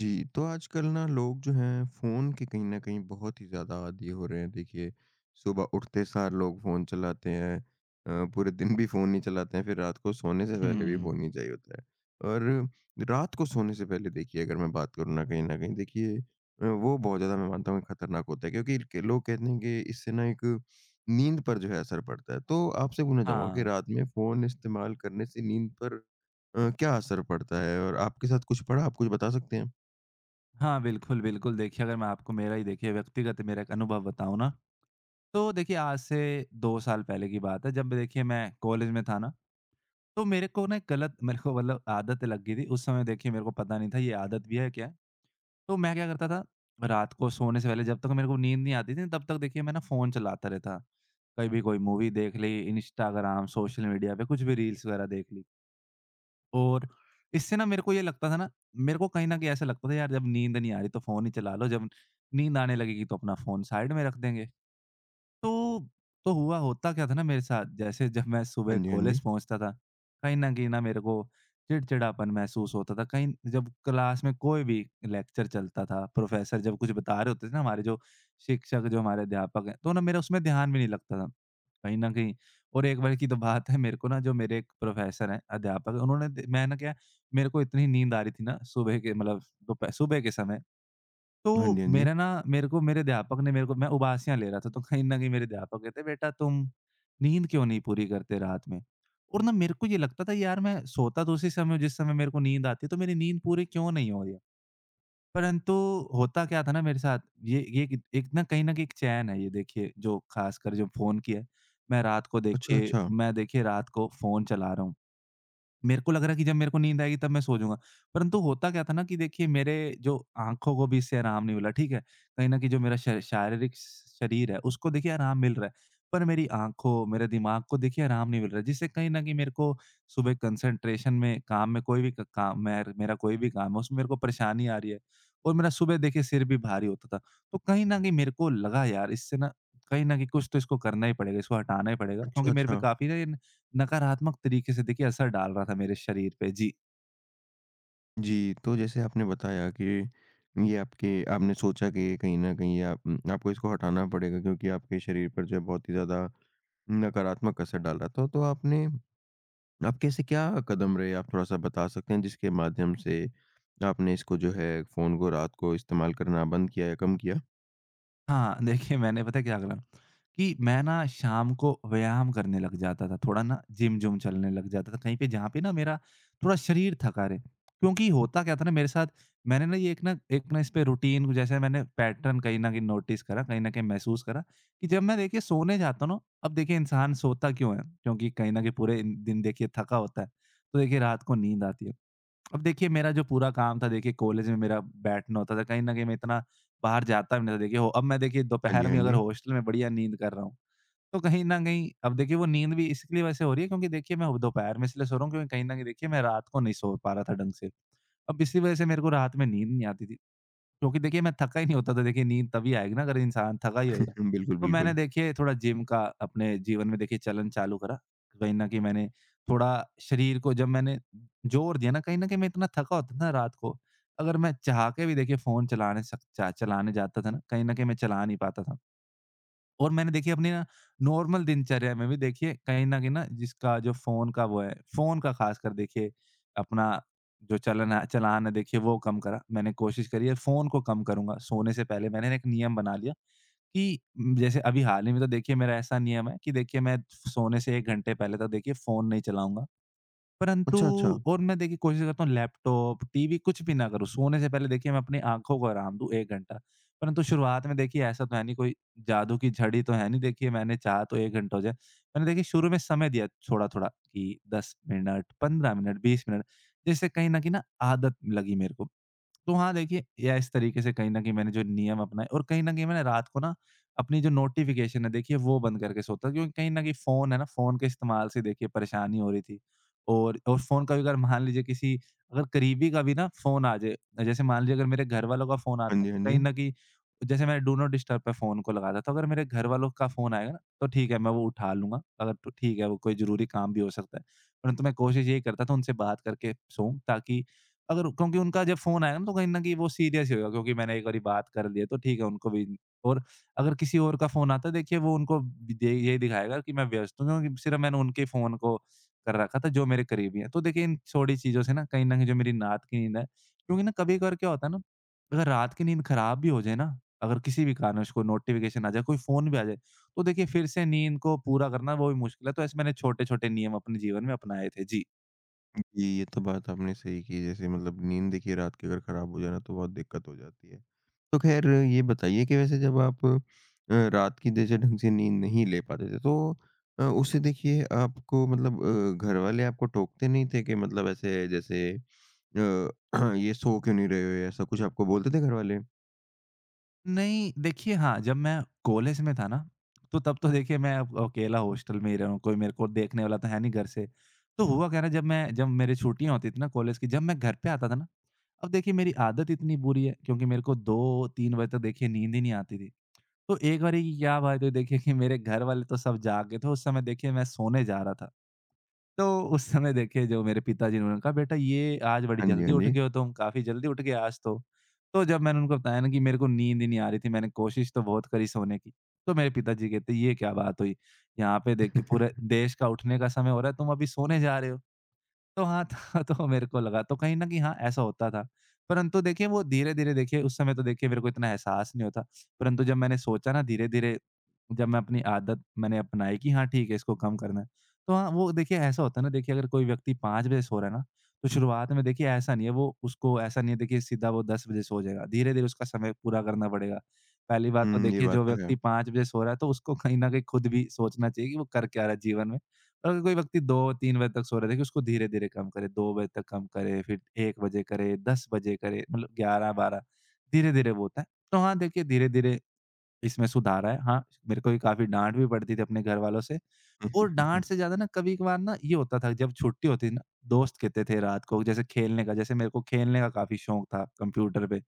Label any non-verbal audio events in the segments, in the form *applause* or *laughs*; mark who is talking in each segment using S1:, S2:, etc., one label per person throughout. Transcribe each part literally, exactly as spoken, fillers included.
S1: जी, तो आजकल ना लोग जो हैं फ़ोन के कहीं न कहीं बहुत ही ज़्यादा आदी हो रहे हैं। देखिए, सुबह उठते सार लोग फ़ोन चलाते हैं, अ, पूरे दिन भी फ़ोन ही चलाते हैं, फिर रात को सोने से पहले भी
S2: हुँ।
S1: फ़ोन ही चाहिए होता है। और रात को सोने से पहले देखिए अगर मैं बात करूँ ना, कहीं न कहीं, देखिए अ, वो बहुत ज़्यादा, मैं मानता हूँ कि खतरनाक होता है, क्योंकि के लोग कहते हैं कि इससे ना एक नींद पर जो है असर पड़ता है। तो आपसे पूछना चाहूँगा कि
S2: हाँ।
S1: रात में फ़ोन इस्तेमाल करने से नींद पर अ, क्या असर पड़ता है? और आपके साथ कुछ पड़ा? आप कुछ बता सकते हैं?
S2: हाँ, बिल्कुल, बिल्कुल। देखिए, अगर मैं आपको मेरा ही देखिए व्यक्तिगत मेरा एक अनुभव बताऊँ ना, तो देखिए आज से दो साल पहले की बात है जब देखिए मैं कॉलेज में था ना, तो मेरे को ना एक गलत *laughs* मेरे को मतलब आदत लग गई थी। उस समय देखिए मेरे को पता नहीं था ये आदत भी है क्या? है। तो मैं क्या करता था, रात को सोने से पहले जब तक मेरे को नींद नहीं आती थी तब तक देखिए मैं ना फ़ोन चलाता रहता। कभी कोई मूवी देख ली, इंस्टाग्राम, सोशल मीडिया पे कुछ भी रील्स वगैरह देख ली। और इससे ना मेरे को ये लगता था ना, मेरे को कहीं न कहीं ऐसा लगता था यार जब नींद नहीं आ रही तो फ़ोन ही चला लो, जब नींद आने लगेगी तो अपना फ़ोन साइड में रख देंगे। तो तो हुआ होता क्या था ना मेरे साथ, जैसे जब मैं सुबह
S1: हाँ जी, हाँ
S2: कॉलेज
S1: जी।
S2: पहुँचता था, कहीं न कहीं ना मेरे को चिड़चिड़ापन महसूस होता था। कहीं जब क्लास में कोई भी लेक्चर चलता था, प्रोफ़ेसर जब कुछ बता रहे होते थे ना हमारे जो शिक्षक, जो हमारे अध्यापक हैं, तो ना मेरा उसमें ध्यान भी नहीं लगता था, कहीं न कहीं। और एक बार की तो बात है, मेरे को ना जो मेरे एक प्रोफ़ेसर हैं, अध्यापक हैं, उन्होंने द मैं ना क्या, मेरे को इतनी नींद आ रही थी ना सुबह के मतलब दोपह सुबह के समय,
S1: हाँ
S2: तो
S1: जी, हाँ जी।
S2: मेरा ना मेरे को मेरे अध्यापक ने मेरे को मैं उबासियाँ ले रहा था, तो कहीं न कहीं मेरे अध्यापक कहते हैं, "बेटा तुम नींद क्यों नहीं पूरी करते रात में?" और ना मेरे को ये लगता था यार मैं सोता तो उसी समय हूँ जिस समय मेरे को नींद आती है, तो मेरी नींद पूरी क्यों नहीं हो रही है? परंतु होता क्या था ना मेरे साथ, ये ये एक एक ना कहीं न कहीं एक चैन है ये देखिए जो ख़ासकर जो फ़ोन की है। मैं रात को
S1: अच्छा,
S2: देखिए,
S1: अच्छा।
S2: मैं देखिए रात को फ़ोन चला रहा हूँ। मेरे को लग रहा है कि जब मेरे को नींद आएगी तब मैं सो जाऊँगा। परंतु होता क्या था ना कि देखिए मेरे जो आँखों को भी इससे आराम नहीं मिला, ठीक है? कहीं न कहीं जो मेरा श शारीरिक शरीर है उसको देखिए आराम मिल रहा है, पर मेरी आँखों, मेरे दिमाग को देखिए आराम नहीं मिल रहा है जिससे कहीं न कहीं मेरे को सुबह कंसंट्रेशन में, काम में कोई भी क काम, मेर मेरा कोई भी काम है उसमें मेरे को परेशानी आ रही है। और मेरा सुबह देखिए सिर भी भारी होता था। तो कहीं न कहीं मेरे को लगा यार इससे ना कहीं न कहीं कुछ तो इसको करना ही पड़ेगा, इसको हटाना ही पड़ेगा क्योंकि
S1: अच्छा,
S2: मेरे पे
S1: अच्छा।
S2: काफ़ी ना ये नकारात्मक तरीके से देखिए असर डाल रहा था मेरे शरीर पे। जी।
S1: जी, तो जैसे आपने बताया कि ये आपके आपने सोचा कि ये कहीं न कहीं आप आपको इसको हटाना पड़ेगा, क्योंकि आपके शरीर पर जो है बहुत ही ज़्यादा नकारात्मक असर डाल रहा था। तो आपने आपके ऐसे क्या कदम रहे, आप थोड़ा-सा बता सकते हैं जिसके माध्यम से आपने इसको जो है फ़ोन को रात को इस्तेमाल करना बंद किया या कम किया?
S2: हाँ, देखिए मैंने पता है क्या करा, कि मैं ना शाम को व्यायाम करने लग जाता था, थोड़ा ना जिम-जुम चलने लग जाता था, कहीं पे जहाँ पे ना मेरा थोड़ा शरीर थका रहे। क्योंकि होता क्या था ना मेरे साथ, मैंने ना ये एक ना एक ना इस पे रूटीन जैसे मैंने पैटर्न कहीं न कहीं नोटिस करा, कहीं न कहीं महसूस करा कि जब मैं देखिए सोने जाता हूँ ना, अब देखिए इंसान सोता क्यों है? क्योंकि कहीं न कहीं पूरे इन- दिन देखिए थका होता है, तो देखिए रात को नींद आती है। अब देखिए मेरा जो पूरा काम था देखिए कॉलेज में मेरा बैठना होता था, कहीं न कहीं मैं इतना बाहर जाता भी नहीं था देखिए, हो, अब मैं देखिए
S1: हाँ जी,
S2: दोपहर
S1: हाँ
S2: में अगर
S1: जी।
S2: हॉस्टल में बढ़िया नींद कर रहा हूँ, तो कहीं न कहीं अब देखिए वो नींद भी इसलिए वैसे हो रही है क्योंकि देखिए मैं दोपहर में इसलिए सो रहा हूँ क्योंकि कहीं न कहीं देखिए मैं रात को नहीं सो पा रहा था ढंग से। अब इसी वज़ह से मेरे को रात में नींद नहीं आती थी। क्योंकि देखिए मैं थका ही नहीं होता था, देखिए नींद तभी आएगी ना अगर इंसान थका ही होएगा।
S1: *laughs* बिल्कुल,
S2: तो मैंने
S1: बिल्कुल।
S2: देखिए थोड़ा जिम का अपने जीवन में देखिए चलन चालू करा। कहीं न कहीं मैंने थोड़ा शरीर को जब मैंने जोर दिया ना, कहीं न कहीं मैं इतना थका होता था ना रात को, अगर मैं चाह के भी देखिए फ़ोन चलाने सक चा चलाने जाता था ना, कहीं न कहीं मैं चला नहीं पाता था। और मैंने देखिए अपनी ना नॉर्मल दिनचर्या में भी देखिए कहीं न कहीं ना जिसका जो फ़ोन का वो है, फ़ोन का ख़ासकर देखिए अपना जो चलन है चलान है देखिए वो कम करा। मैंने कोशिश करी है फ़ोन को कम करूँगा, सोने से पहले मैंने ना एक नियम बना लिया कि उम, जैसे अभी हाल ही में तो देखिए मेरा ऐसा नियम है कि देखिए मैं सोने से एक घंटे पहले तो देखिए फ़ोन नहीं चलाऊँगा। परंतु
S1: अच्छा, अच्छा।
S2: और मैं देखिए कोशिश करता हूँ लैपटॉप, टीवी कुछ भी ना करूँ, सोने से पहले देखिए मैं अपनी आँखों को आराम दूँ एक घंटा। परंतु शुरुआत में देखिए ऐसा तो है नहीं कोई, जादू की झड़ी तो है नहीं देखिए मैंने चाहा तो एक घंटा हो जाए। मैंने देखिए शुरू में समय दिया थोड़ा-थोड़ा कि दस मिनट, पंद्रह मिनट, बीस मिनट, जिससे कहीं न कहीं ना आदत लगी मेरे को। तो हाँ, देखिए, या इस तरीके से कहीं न कहीं मैंने जो नियम अपनाए और कहीं न कहीं मैंने रात को ना अपनी जो नोटिफ़िकेशन है, देखिए वो बंद करके सोता, क्योंकि कहीं न कहीं फ़ोन है ना, फ़ोन के इस्तेमाल से देखिए परेशानी हो रही थी। और और फ़ोन का भी अगर मान लीजिए किसी, अगर करीबी का भी ना फ़ोन आ जाए, जैसे मान लीजिए अगर मेरे घर वालों का फ़ोन
S1: हाँ
S2: आता है,
S1: जी, हाँ जी।
S2: कहीं न कहीं जैसे मैंने डू नॉट डिस्टर्ब पे फ़ोन को लगा था, तो अगर मेरे घर वालों का फ़ोन आएगा ना, तो ठीक है, मैं वो उठा लूँगा। अगर तो ठीक है, वो कोई ज़रूरी काम भी हो सकता है। परंतु मैं कोशिश यही करता था उनसे बात करके सोऊँ, ताकि अगर, क्योंकि उनका जब फ़ोन आएगा ना तो कहीं न कहीं वो सीरियस ही होगा क्योंकि मैंने एक बारी बात कर ली है तो ठीक है, उनको भी, और अगर किसी और का फ़ोन आता है देखिए वो उनको दे यही दिखाएगा कि मैं व्यस्त हूँ, क्योंकि सिर्फ़ मैंने उनके फ़ोन को कर रखा था जो मेरे करीबी हैं। तो देखिए इन छोटी चीज़ों से ना कहीं न कहीं जो मेरी रात की नींद है, क्योंकि ना कभी-कभार क्या होता है ना, अगर रात की नींद ख़राब भी हो जाए ना, अगर किसी भी कारणवश कोई नोटिफ़िकेशन आ जाए, कोई फ़ोन भी आ जाए, तो देखिए फिर से नींद को पूरा करना वो भी मुश्किल है। तो ऐसे मैंने छोटे-छोटे नियम अपने जीवन में अपनाए थे। जी।
S1: जी, ये तो बात आपने सही की। जैसे मतलब नींद देखिए, रात की अगर खराब हो जाए ना, तो बहुत दिक्कत हो जाती है। तो ख़ैर ये बताइए कि वैसे जब आप अ, रात की जैसे ढंग से नींद नहीं ले पाते थे, तो अ, उससे देखिए आपको, मतलब अ, घर वाले आपको टोकते नहीं थे कि मतलब ऐसे जैसे अ, *clears throat* ये सो क्यों नहीं रहे हो, या ऐसा कुछ आपको बोलते थे घर वाले?
S2: नहीं, देखिए हाँ, जब मैं कॉलेज में था ना, तो तब तो देखिए मैं अब अकेला हॉस्टल में ही रहा हूँ, कोई मेरे को देखने वाला तो है नहीं घर से। तो हुआ क्या ना जब मैं जब मेरी छुट्टियाँ होती थी ना कॉलेज की, जब मैं घर पे आता था ना, अब देखिए मेरी आदत इतनी बुरी है क्योंकि मेरे को दो तीन बजे तक देखिए नींद ही नहीं आती थी। तो एक बारी की क्या बात हुई देखिए कि मेरे घर वाले तो सब जाग गए थे, उस समय देखिए मैं सोने जा रहा था। तो उस समय देखिए जो मेरे पिताजी ने उन्होंने कहा, "बेटा ये आज बड़ी
S1: हाँ जी,
S2: जल्दी
S1: हाँ
S2: उठ
S1: जी।
S2: गए हो तुम, काफ़ी जल्दी उठ गए आज तो।" तो जब मैंने उनको बताया ना कि मेरे को नींद ही नहीं आ रही थी, मैंने कोशिश तो बहुत करी सोने की, तो मेरे पिताजी कहते, "ये क्या बात हुई? यहाँ पे देख के पूरे
S1: *laughs*
S2: देश का उठने का समय हो रहा है, तुम अभी सोने जा रहे हो।" तो हाँ *laughs* था तो मेरे को लगा तो कहीं न कहीं हाँ, ऐसा होता था। परंतु देखिए वो धीरे-धीरे देखिए उस समय तो देखिए मेरे को इतना एहसास नहीं होता। परंतु जब मैंने सोचा ना धीरे-धीरे जब मैं अपनी आदत मैंने अपनाई कि हाँ ठीक है इसको कम करना है। तो हाँ, वो देखिए ऐसा होता है ना देखिए अगर कोई व्यक्ति पाँच बजे सो रहा है ना, तो शुरुआत में देखिए ऐसा नहीं है वो उसको ऐसा नहीं है देखिए सीधा वो दस बजे सो जाएगा। धीरे-धीरे उसका समय पूरा करना पड़ेगा। पहली बात तो
S1: हुँ, ये
S2: देखिए
S1: बात
S2: जो
S1: तो है।
S2: व्यक्ति पाँच बजे सो रहा है तो उसको कहीं न कहीं खुद भी सोचना चाहिए कि वो कर क्या रहा है जीवन में। अगर कोई व्यक्ति दो तीन बजे तक सो रहा है, देखिए उसको धीरे-धीरे कम करे, दो बजे तक कम करे, फिर एक बजे करे, दस बजे करे, मतलब ग्यारह बारह धीरे-धीरे वो होता है। तो हाँ, देखिए धीरे-धीरे इसमें सुधार आया। हाँ, मेरे को भी काफ़ी डाँट भी पड़ती थी अपने घर वालों से और डाँट से
S1: *laughs*
S2: ज़्यादा ना कभी-कभार ना ये होता था जब छुट्टी होती थी ना, दोस्त कहते थे रात को जैसे खेलने का, जैसे मेरे को खेलने का काफ़ी शौक था कंप्यूटर पे।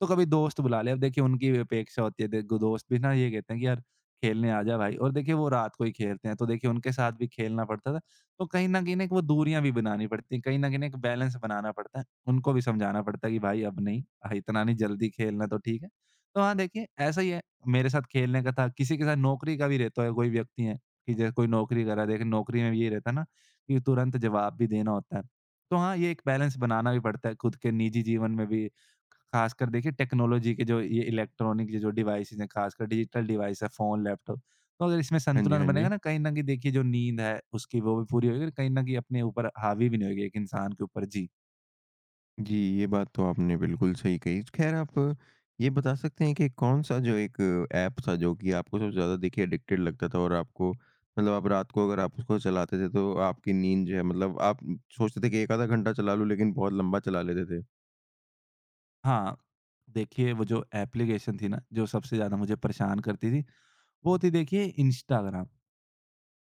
S2: तो कभी दोस्त बुला ले, अब देखिए उनकी भी अपेक्षा होती है, देखो दोस्त भी ना ये कहते हैं कि यार खेलने आ जा भाई, और देखिए वो रात को ही खेलते हैं तो देखिए उनके साथ भी खेलना पड़ता था। तो कहीं ना कहीं ना एक वो दूरियां भी बनानी पड़ती हैं, कहीं ना कहीं ना एक बैलेंस बनाना पड़ता है। उनको भी समझाना पड़ता है कि भाई अब नहीं आ, इतना नहीं जल्दी खेलना तो ठीक है। तो हाँ देखिए ऐसा ही है। मेरे साथ खेलने का था, किसी के साथ नौकरी का भी रहता है, कोई व्यक्ति है कि जैसे कोई नौकरी कर रहा है, देखे नौकरी में भी ये रहता है ना कि तुरंत जवाब भी देना होता है। तो हाँ ये एक बैलेंस बनाना भी पड़ता है खुद के निजी जीवन में भी। खासकर देखिए टेक्नोलॉजी के जो ये इलेक्ट्रॉनिक ये जो डिवाइसेज़ हैं, खासकर डिजिटल डिवाइस है, फ़ोन, लैपटॉप, तो अगर इसमें
S1: हाँ जी,
S2: संतुलन
S1: हाँ जी।
S2: बनेगा ना, कहीं न कहीं देखिए जो नींद है, उसकी वो भी पूरी होएगी और कहीं न कहीं अपने ऊपर हावी भी नहीं होएगी एक इंसान के ऊपर। जी।
S1: जी, ये बात तो आपने बिल्कुल सही कही। ख़ैर आप ये बता सकते हैं कि कौन-सा जो एक ऐप था जो कि आपको सबसे ज़्यादा देखिए एडिक्टेड लगता था, और आपको, मतलब आप रात को अगर आप उसको चलाते थे, तो आपकी नींद जो है, मतलब आप सोचते थे कि एक आधा घंटा चला लूँ, लेकिन बहुत लंबा चला लेते थे?
S2: हाँ, देखिए वो जो एप्लीकेशन थी ना, जो सबसे ज़्यादा मुझे परेशान करती थी, वो थी देखिए इंस्टाग्राम।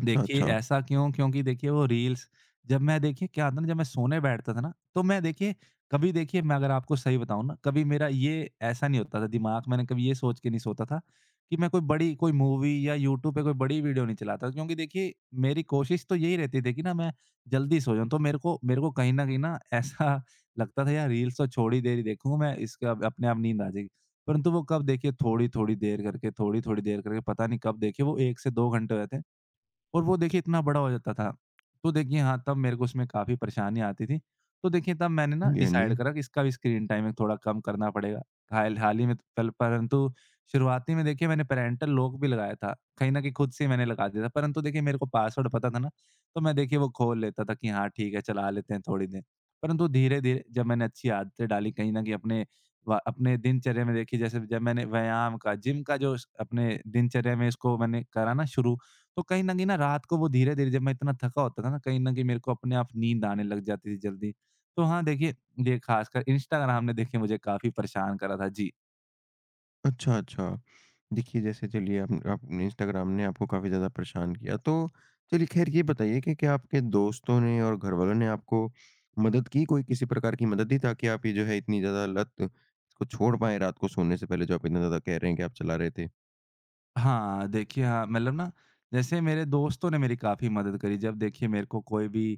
S1: अच्छा,
S2: देखिए,
S1: अच्छा।
S2: ऐसा क्यों? क्योंकि देखिए वो रील्स, जब मैं देखिए क्या होता है ना, जब मैं सोने बैठता था ना, तो मैं देखिए कभी देखिए मैं, अगर आपको सही बताऊँ ना, कभी मेरा ये ऐसा नहीं होता था, दिमाग मैंने कभी ये सोच के नहीं सोता था कि मैं कोई बड़ी कोई मूवी या यूट्यूब पे कोई बड़ी वीडियो नहीं चलाता, क्योंकि देखिए मेरी कोशिश तो यही रहती थी कि ना मैं जल्दी सो जाऊँ। तो मेरे को मेरे को कहीं न कहीं ना ऐसा *laughs* लगता था, यार रील्स तो छोड़ी देर ही देखूँगा मैं, इसका अपने आप नींद आ जाएगी। परंतु वो कब देखिए थोड़ी-थोड़ी देर करके, थोड़ी-थोड़ी देर करके पता नहीं कब देखिए वो एक से दो घंटे हो जाते हैं। और वो देखिए इतना बड़ा हो जाता था। तो देखिए हाँ, तब मेरे को उसमें काफ़ी परेशानियाँ आती थी। तो देखिए तब मैंने ना
S1: हाँ जी, हाँ जी।
S2: डिसाइड करा कि इसका भी स्क्रीन टाइम थोड़ा कम करना पड़ेगा। हाल हाल ही में पल परंतु शुरुआती में देखिए मैंने पैरेंटल लॉक भी लगाया था। कहीं न कहीं खुद से ही मैंने लगा दिया था। परंतु देखिए मेरे को पासवर्ड पता था ना, तो मैं देखिए वो खोल लेता था कि हाँ, ठीक है चला लेते हैं थोड़ी देर। परंतु धीरे-धीरे जब मैंने अच्छी आदतें डाली कहीं न कहीं अपने व अपने दिनचर्या में देखी, जैसे जब मैंने व्यायाम का, जिम का, जो स अपने दिनचर्या में इसको मैंने करा ना शुरू, तो कहीं न कहीं ना रात को वो धीरे-धीरे जब मैं इतना थका होता था ना, कहीं न कहीं मेरे को अपने आप नींद आने लग जाती थी जल्दी। तो हाँ, देखिए ये ख़ासकर इंस्टाग्राम ने देखिए मुझे काफ़ी परेशान करा था। जी।
S1: अच्छा, अच्छा। देखिए, जैसे चलिए, आप आपने इंस्टाग्राम ने आपको काफ़ी ज़्यादा परेशान किया, तो चलिए ख़ैर ये बताइए कि क्या आपके दोस्तों ने और घरवालों ने आपको मदद की? कोई किसी प्रकार की मदद दी ताकि आप ये जो है इतनी ज़्यादा लत को छोड़ पाएँ, रात को सोने से पहले जो आप इतना ज़्यादा कह रहे हैं कि आप चला रहे थे?
S2: हाँ, देखिए हाँ, मतलब ना जैसे मेरे दोस्तों ने मेरी काफ़ी मदद करी। जब देखिए मेरे को कोई भी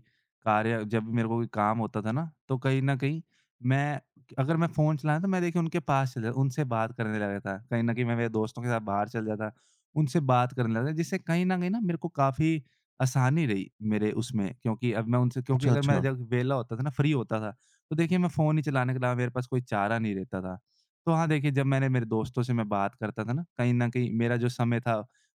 S2: कार्य, जब भी मेरे को कोई काम होता था ना, तो कहीं न कहीं मैं, अगर मैं फ़ोन चला रहा तो मैं देखिए उनके पास चला, उनसे बात करने लगा था। कहीं न कहीं मैं मेरे दोस्तों के साथ बाहर चल जाता, उनसे बात करने लगा था, जिससे कहीं न कहीं ना मेरे को काफ़ी आसानी रही मेरे उसमें, क्योंकि अब मैं उनसे, क्योंकि
S1: अच्छा,
S2: अगर मैं
S1: अच्छा।
S2: जब वेला होता था ना, फ्री होता था, तो देखिए मैं फ़ोन ही चलाने के अलावा मेरे पास कोई चारा नहीं रहता था। तो हाँ, देखिए जब मैंने मेरे दोस्तों से मैं बात करता था ना, कहीं न कहीं मेरा जो समय था,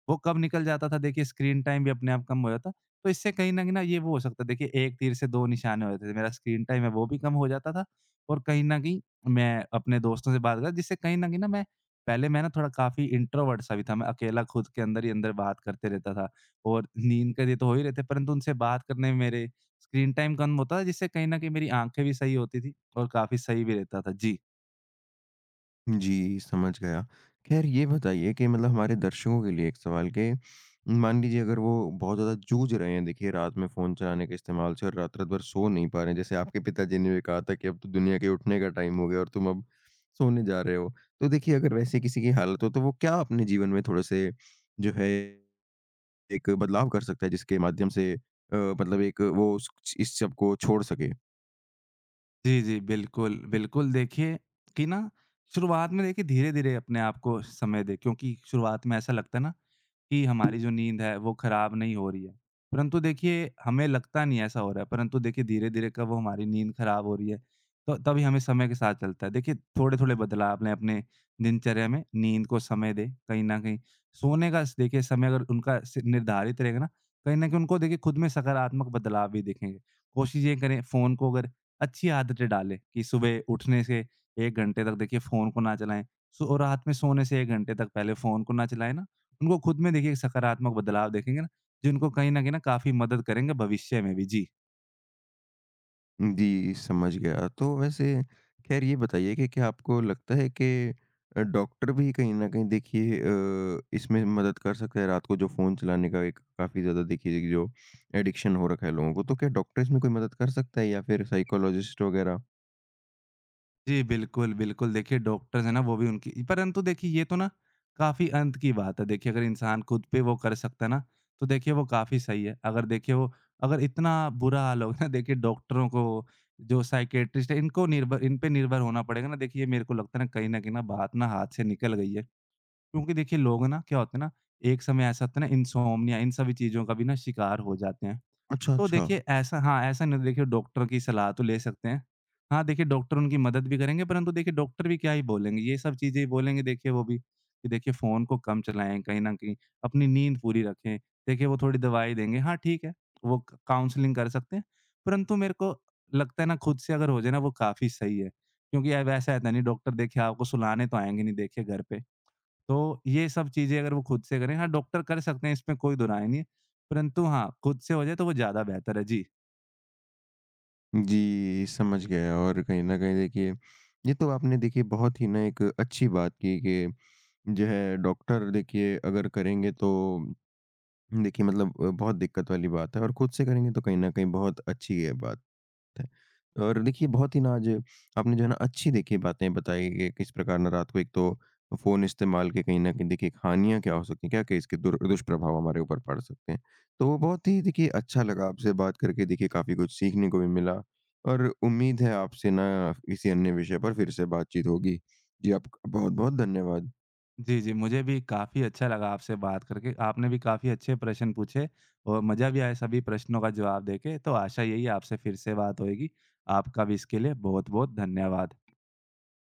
S2: वो कब निकल जाता था देखिए, स्क्रीन टाइम भी अपने आप कम हो जाता। तो इससे कहीं न कहीं ना ये वो हो सकता है, देखिए एक तीर से दो निशाने हो जाते थे। मेरा स्क्रीन टाइम है वो भी कम हो जाता था और कहीं न कहीं मैं अपने दोस्तों से बात करता, जिससे कहीं न कहीं ना मैं, पहले मैं ना थोड़ा काफ़ी इंट्रोवर्ट सा भी था। मैं अकेला खुद के अंदर ही अंदर बात करते रहता था और नींद के लिए तो हो ही रहे थे, परंतु उनसे बात करने में मेरे स्क्रीन टाइम कम होता था, जिससे कहीं न कहीं मेरी आँखें भी सही होती थी और काफ़ी सही भी रहता था। जी।
S1: जी, समझ गया। ख़ैर ये बताइए कि मतलब हमारे दर्शकों के लिए एक सवाल के, मान लीजिए अगर वो बहुत ज़्यादा जूझ रहे हैं, देखिए रात में फ़ोन चलाने के इस्तेमाल से, और रात-रात भर सो नहीं पा रहे हैं। जैसे आपके पिताजी ने भी कहा था कि अब तो दुनिया के उठने का टाइम हो गया और तुम अब सोने जा रहे हो। तो देखिए अगर वैसे किसी की हालत हो, तो वो क्या अपने जीवन में थोड़े-से जो है एक बदलाव कर सकता है, जिसके माध्यम से अ, मतलब एक वो उस इस सब को छोड़ सके?
S2: जी, जी, बिल्कुल, बिल्कुल। देखिए कि ना शुरुआत में देखिए धीरे-धीरे अपने आप को समय दें, क्योंकि शुरुआत में ऐसा लगता है ना कि हमारी जो नींद है वो खराब नहीं हो रही है। परंतु देखिए हमें लगता नहीं ऐसा हो रहा है, परंतु देखिए धीरे-धीरे कब वो हमारी नींद खराब हो रही है, तो तभी हमें समय के साथ चलता है। देखिए थोड़े-थोड़े बदलाव लें अपने दिनचर्या में, नींद को समय दें कहीं न कहीं। सोने का स देखिए समय अगर उनका स निर्धारित रहेगा ना, कहीं न कहीं उनको देखिए खुद में सकारात्मक बदलाव भी दिखेंगे। कोशिश ये करें, फ़ोन को अगर अच्छी आदतें डालें कि सुबह उठने से एक घंटे तक देखिए फ़ोन को ना चलाएँ, सो और रात में सोने से एक घंटे तक पहले फ़ोन को ना चलाएँ ना। उनको खुद में देखिए एक सकारात्मक बदलाव देखेंगे ना, जो उनको कहीं न कहीं ना काफ़ी मदद करेंगे भविष्य में भी। जी।
S1: जी, समझ गया। तो वैसे ख़ैर ये बताइए कि क्या आपको लगता है कि अ, डॉक्टर भी कहीं न कहीं देखिए अ, इसमें मदद कर सकता है, रात को जो फ़ोन चलाने का एक काफ़ी ज़्यादा, देखिए कि जो एडिक्शन हो रखा है लोगों को, तो क्या डॉक्टर इसमें कोई मदद कर सकता है, या फिर साइकोलॉजिस्ट वग़ैरह?
S2: जी, बिल्कुल, बिल्कुल। देखिए डॉक्टर्स हैं ना वो भी उनकी, परंतु देखिए ये तो ना काफ़ी अंत की बात है। देखिए अगर इंसान खुद पे वो कर सकता है ना, तो देखिए वो काफ़ी सही है। अगर देखिए वो, अगर इतना बुरा हाल होगा ना, देखिए डॉक्टरों को, जो साइकियाट्रिस्ट है, इनको निर्भर, इन पे निर्भर होना पड़ेगा ना, देखिए ये मेरे को लगता है ना कहीं न कहीं ना बात ना हाथ से निकल गई है। क्योंकि देखिए लोग ना क्या होते हैं ना, एक समय ऐसा होता है ना इनसोम्निया इन सभी चीज़ों का भी ना शिकार हो जाते हैं।
S1: अच्छा,
S2: तो
S1: अच्छा।
S2: देखिए ऐसा, हाँ, ऐसा नहीं, देखिए डॉक्टर की सलाह तो ले सकते हैं। हाँ, देखिए डॉक्टर उनकी मदद भी करेंगे, परंतु देखिए डॉक्टर भी क्या ही बोलेंगे, ये सब चीज़ें ही बोलेंगे देखिए वो भी, कि देखिए फ़ोन को कम चलाएँ कहीं न कहीं, अपनी नींद पूरी रखें। देखिए वो थोड़ी दवाई देंगे, हाँ ठीक है, वो क काउंसलिंग कर सकते हैं। परंतु मेरे को लगता है ना, खुद से अगर हो जाए ना वो काफ़ी सही है, क्योंकि अब ऐसा रहता नहीं, डॉक्टर देखिए आपको सुलाने तो आएँगे नहीं देखिए घर पे। तो ये सब चीज़ें अगर वो खुद से करें, हाँ, डॉक्टर कर सकते हैं, इसमें कोई दोराय नहीं है। परंतु हाँ, खुद से हो जाए तो वो ज़्यादा बेहतर है। जी।
S1: जी, समझ गया। और कहीं न कहीं देखिए, ये तो आपने देखिए बहुत ही ना एक अच्छी बात की, कि जो है डॉक्टर देखिए अगर करेंगे, तो देखिए मतलब अ, बहुत दिक्कत वाली बात है, और खुद से करेंगे तो कहीं न कहीं बहुत अच्छी ये बात है। और देखिए बहुत ही ना आज आपने जो है ना अच्छी देखिए बातें बताई, कि किस प्रकार ना रात को एक तो फ़ोन इस्तेमाल के कहीं न कहीं देखिए हानियाँ क्या हो सकती हैं, क्या-क्या इसके दुर दुष्प्रभाव हमारे ऊपर पड़ सकते हैं। तो बहुत ही देखिए अच्छा लगा आपसे बात करके, देखिए काफ़ी कुछ सीखने को भी मिला, और उम्मीद है आपसे ना किसी अन्य विषय पर फिर से बातचीत होगी। जी, आपका बहुत-बहुत धन्यवाद।
S2: जी, जी, मुझे भी काफ़ी अच्छा लगा आपसे बात करके। आपने भी काफ़ी अच्छे प्रश्न पूछे और मज़ा भी आया सभी प्रश्नों का जवाब देके। तो आशा यही है आपसे फिर से बात होएगी। आपका भी इसके लिए बहुत-बहुत धन्यवाद।